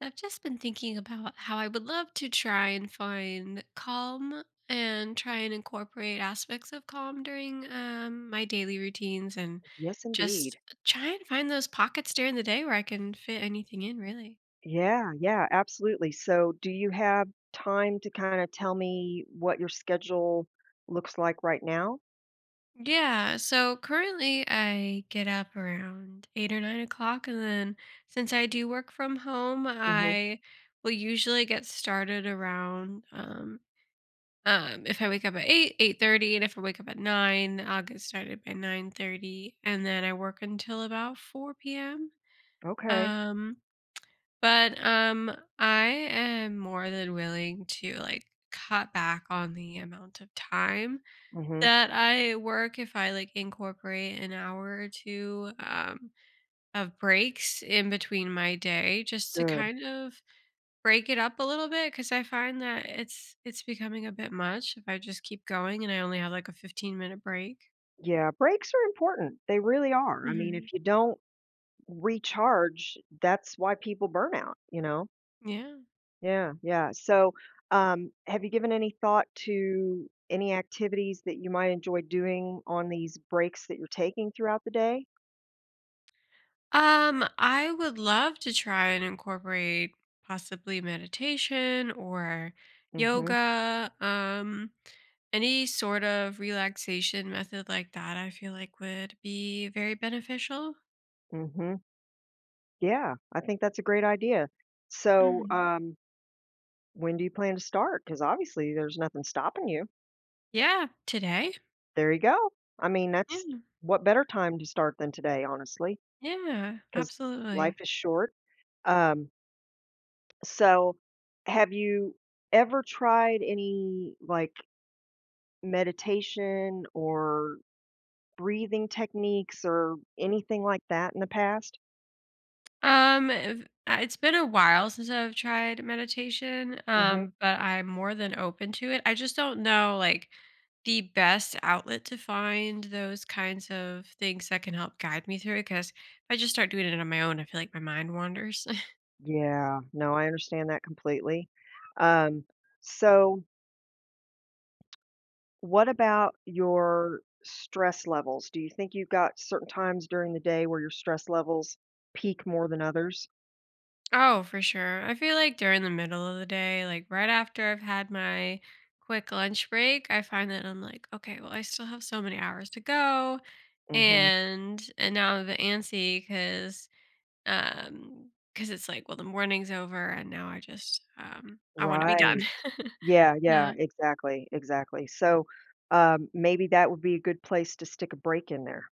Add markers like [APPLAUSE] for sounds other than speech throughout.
I've just been thinking about how I would love to try and find calm and try and incorporate aspects of calm during my daily routines and Yes, just indeed. try and find those pockets during the day where I can fit anything in, really. Yeah, yeah, absolutely. So, do you have time to kind of tell me what your schedule looks like right now? Yeah, so currently I get up around 8 or 9 o'clock, and then since I do work from home, Hmm I will usually get started around if I wake up at 8, 8:30, and if I wake up at 9, I'll get started by 9:30, and then I work until about 4 PM. Okay. Um, but I am more than willing to, like, cut back on the amount of time hmm that I work if I, like, incorporate an hour or 2, of breaks in between my day just to Good. kind of break it up a little bit because I find that it's becoming a bit much if I just keep going and I only have like a 15-minute break. Yeah, breaks are important. They really are. I mean, hmm if you don't recharge, that's why people burn out, you know? Yeah. Yeah, yeah. So, have you given any thought to any activities that you might enjoy doing on these breaks that you're taking throughout the day? I would love to try and incorporate possibly meditation or Mm-hmm. yoga, any sort of relaxation method like that. I feel like would be very beneficial. Mm-hmm. Yeah, I think that's a great idea. So, hmm um, when do you plan to start? Because obviously there's nothing stopping you. Yeah, today. There you go. I mean, that's Yeah, what better time to start than today, honestly, yeah, because life absolutely. is short. Um, so, have you ever tried any like meditation or breathing techniques or anything like that in the past? It's been a while since I've tried meditation, Hmm but I'm more than open to it. I just don't know like the best outlet to find those kinds of things that can help guide me through it. Because if I just start doing it on my own, I feel like my mind wanders. Yeah, no, I understand that completely. Um, so, what about your stress levels? Do you think you've got certain times during the day where your stress levels peak more than others? [LAUGHS] Oh, for sure. I feel like during the middle of the day, like right after I've had my quick lunch break, I find that I'm like, okay, well, I still have so many hours to go, Mhm. and now I'm a bit antsy because because it's like, well, the morning's over and now I just, I wanna be done. Right. [LAUGHS] Yeah, yeah, Yeah. exactly, exactly. So, maybe that would be a good place to stick a break in there,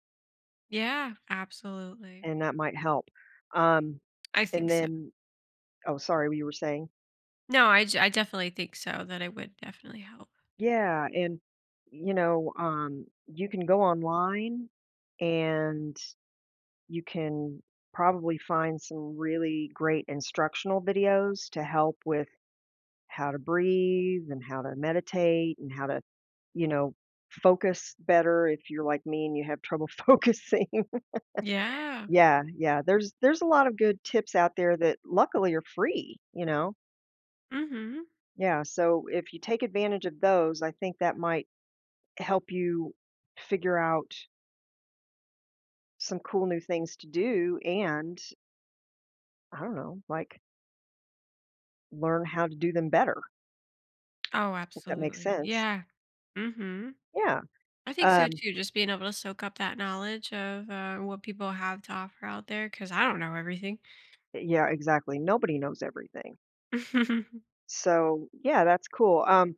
Yeah, absolutely. and that might help. Um, I and think so. then oh, sorry, what you were saying? No. I definitely think so, that it would definitely help. Yeah, and, you can go online and you can probably find some really great instructional videos to help with how to breathe and how to meditate and how to, you know, focus better if you're like me and you have trouble [LAUGHS] focusing. Yeah. Yeah, yeah. There's a lot of good tips out there that luckily are free, you know. Mhm. Yeah, so if you take advantage of those, I think that might help you figure out some cool new things to do and I don't know, like learn how to do them better. Oh, If that makes absolutely. sense. Yeah. Mhm. Yeah. I think so Um, too, just being able to soak up that knowledge of, what people have to offer out there, because I don't know everything. yeah, exactly. Nobody knows everything. [LAUGHS] So, yeah, that's cool.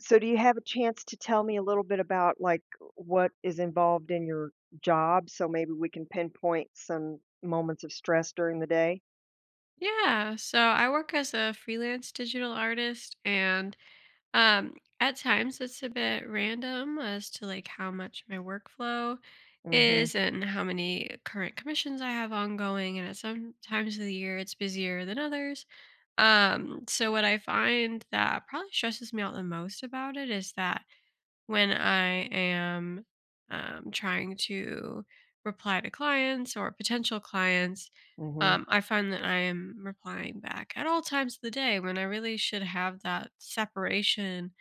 So do you have a chance to tell me a little bit about like what is involved in your job so maybe we can pinpoint some moments of stress during the day? Yeah, so I work as a freelance digital artist and Um, at times it's a bit random as to like how much my workflow Mhm. is and how many current commissions I have ongoing. And at some times of the year it's busier than others. So what I find that probably stresses me out the most about it is that when I am trying to reply to clients or potential clients, Mhm. I find that I am replying back at all times of the day when I really should have that separation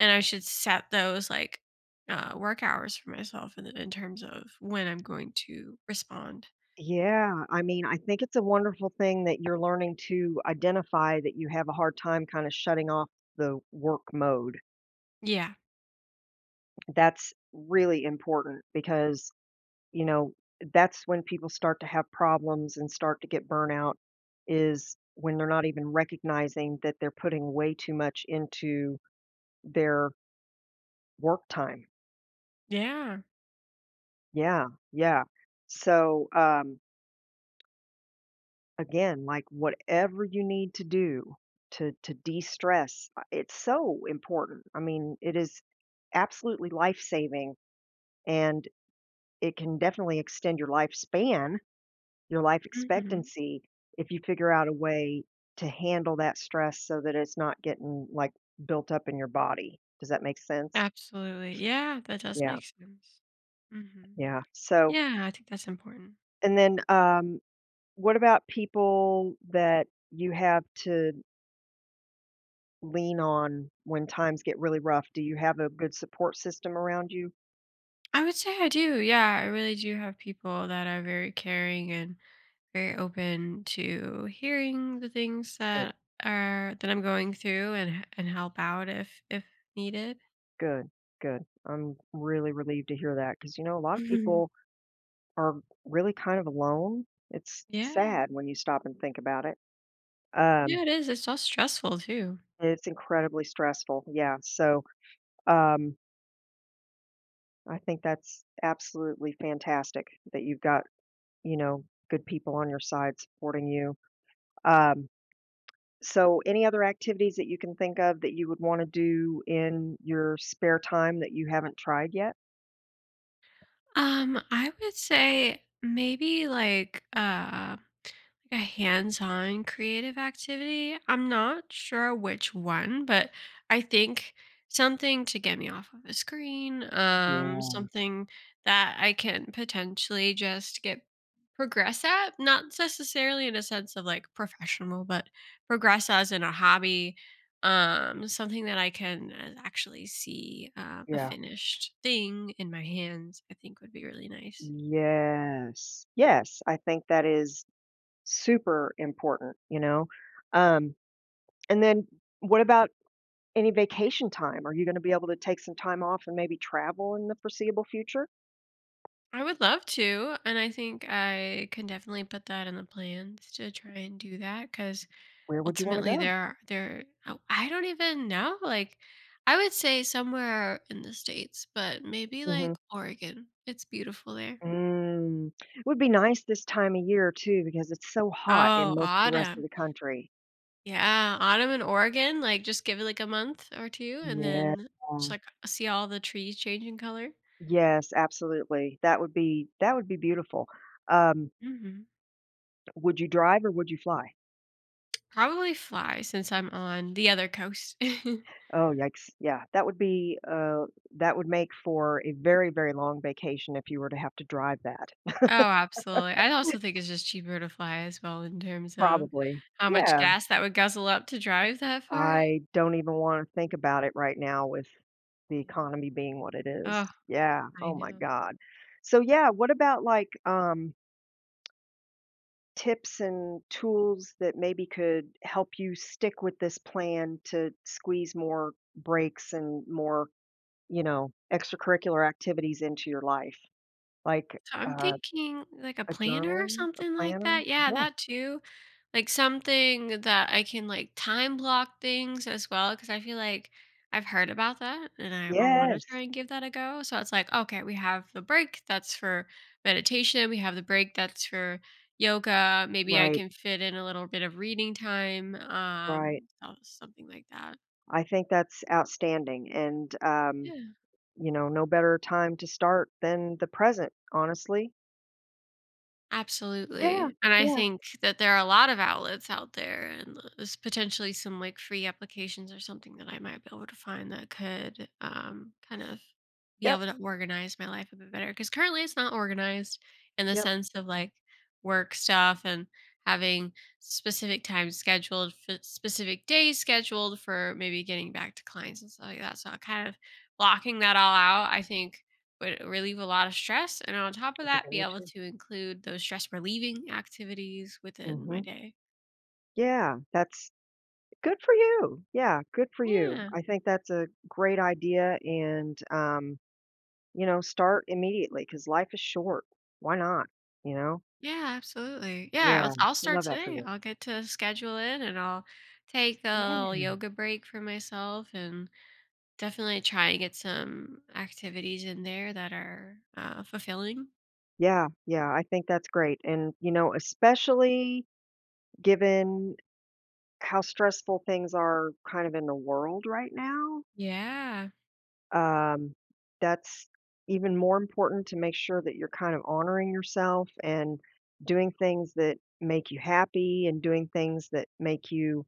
and I should set those, like, work hours for myself in terms of when I'm going to respond. Yeah, I mean, I think it's a wonderful thing that you're learning to identify that you have a hard time kind of shutting off the work mode. Yeah. That's really important because you know, that's when people start to have problems and start to get burnout is when they're not even recognizing that they're putting way too much into their work time. Yeah. Yeah, yeah. So, again, like whatever you need to do to de-stress, it's so important. I mean, it is absolutely life-saving and it can definitely extend your lifespan your life Mhm. expectancy if you figure out a way to handle that stress so that it's not getting, like, built up in your body. Does that make sense? Absolutely. Yeah, that does Yeah, make sense. Mhm. yeah. So Yeah, I think that's important. and then, um, what about people that you have to lean on when times get really rough? Do you have a good support system around you? I would say I do, yeah, I really do have people that are very caring and very open to hearing the things Good, that I'm going through and help out if needed. good, good. I'm really relieved to hear that because you know, a lot [LAUGHS] of Mhm. people are really kind of alone. It's Yeah. sad when you stop and think about it. Um, Yeah, it is, it's all stressful too. it's incredibly stressful, yeah, so, um, I think that's absolutely fantastic that you've got, you know, good people on your side supporting you, um, so any other activities that you can think of that you would wanna do in your spare time that you haven't tried yet? I would say maybe like like a hands-on creative activity. I'm not sure which one, but I think something to get me off of the screen, Yeah, something that I can potentially just get progress at, not necessarily in a sense of like professional, but progress as in a hobby, something that I can actually see a yeah. finished thing in my hands, I think would be really nice. Yes, yes, I think that is super important, you know? Um, and then what about any vacation time? Are you gonna be able to take some time off and maybe travel in the foreseeable future? I would love to, and I think I can definitely put that in the plans to try and do that because Where would you wanna ultimately go? there oh, I don't even know. Like I would say somewhere in the States, but maybe Mhm. like Oregon. It's beautiful there. Mm. It would be nice this time of year too because it's so hot in Oh, most of the rest of autumn. the country. Yeah, autumn in Oregon. Like just give it like a month or two and Yeah. then just like see all the trees changing color. Yes, absolutely. That would be beautiful. Um, hmm would you drive or would you fly? Probably fly since I'm on the other coast. [LAUGHS] Oh, yikes. Yeah, that would be, that would make for a very, very long vacation if you were to have to drive that. Oh, absolutely. I also think it's just cheaper to fly as well in terms of Probably. how much Yeah. gas that would guzzle up to drive that far. I don't even wanna think about it right now with the Yeah. economy being what it is. Oh, Yeah, I oh my know. god. So, yeah, what about, tips and tools that maybe could help you stick with this plan to squeeze more breaks and more, you know, extracurricular activities into your life? Like, So I'm uh thinking like a A planner or journal, a something like planner? that. Yeah, Yeah. that too. Like something that I can like time block things as well, because I feel like I've heard about that and I want to Yes. try and give that a go. So it's like, okay, we have the break that's for meditation, we have the break that's for yoga. Maybe I Right, can fit in a little bit of reading time, right. Something like that. I think that's outstanding, and, Yeah. you know, no better time to start than the present, honestly. Yeah, Absolutely, and I yeah. think that there are a lot of outlets out there, and there's potentially some, like, free applications or something that I might be able to find that could, kind of be Yep, able to organize my life a bit better. Because currently it's not organized in the yep. sense of, like, work stuff and having specific times scheduled for specific days scheduled for maybe getting back to clients and stuff like that, so, kind of blocking that all out, I think would relieve a lot of stress. And on top of I think that, I be would able too. to include those stress relieving activities within my Mhm. day. Yeah, that's good for you. Yeah, good for you. Yeah. I think that's a great idea and, you know, start immediately because life is short. Why not? You know? Yeah, absolutely. Yeah, I'll start love that for today. you. I'll get to schedule in and I'll take a little Yeah. yoga break for myself and definitely try and get some activities in there that are fulfilling. Yeah, yeah, I think that's great, and, you know, especially given how stressful things are kind of in the world right now, Yeah. um, that's even more important to make sure that you're kind of honoring yourself and doing things that make you happy and doing things that make you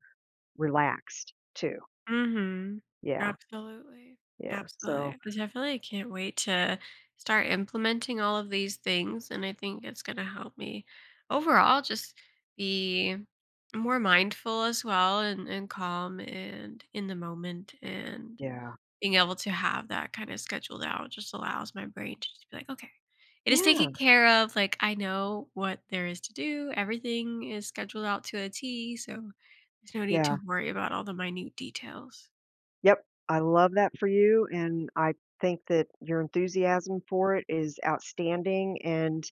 relaxed too. Mhm. Yeah, Absolutely. yeah, Absolutely. so I definitely can't wait to start implementing all of these things. And I think it's going to help me overall just be more mindful as well and, calm and in the moment. And yeah. being able to have that kind of scheduled out just allows my brain to just be like, okay, it is taken Yeah, care of. Like, I know what there is to do, everything is scheduled out to a T. So there's no need to yeah. worry about all the minute details. Yep, I love that for you, and I think that your enthusiasm for it is outstanding, and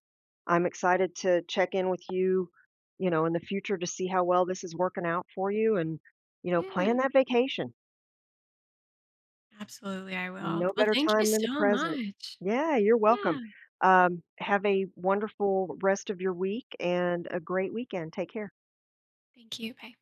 I'm excited to check in with you, you know, in the future to see how well this is working out for you and, you know, Yeah, plan that vacation. absolutely, I will. No Well, better thank you time than the so present. much. Yeah, you're welcome. Yeah. Have a wonderful rest of your week and a great weekend. Take care. Thank you, bye.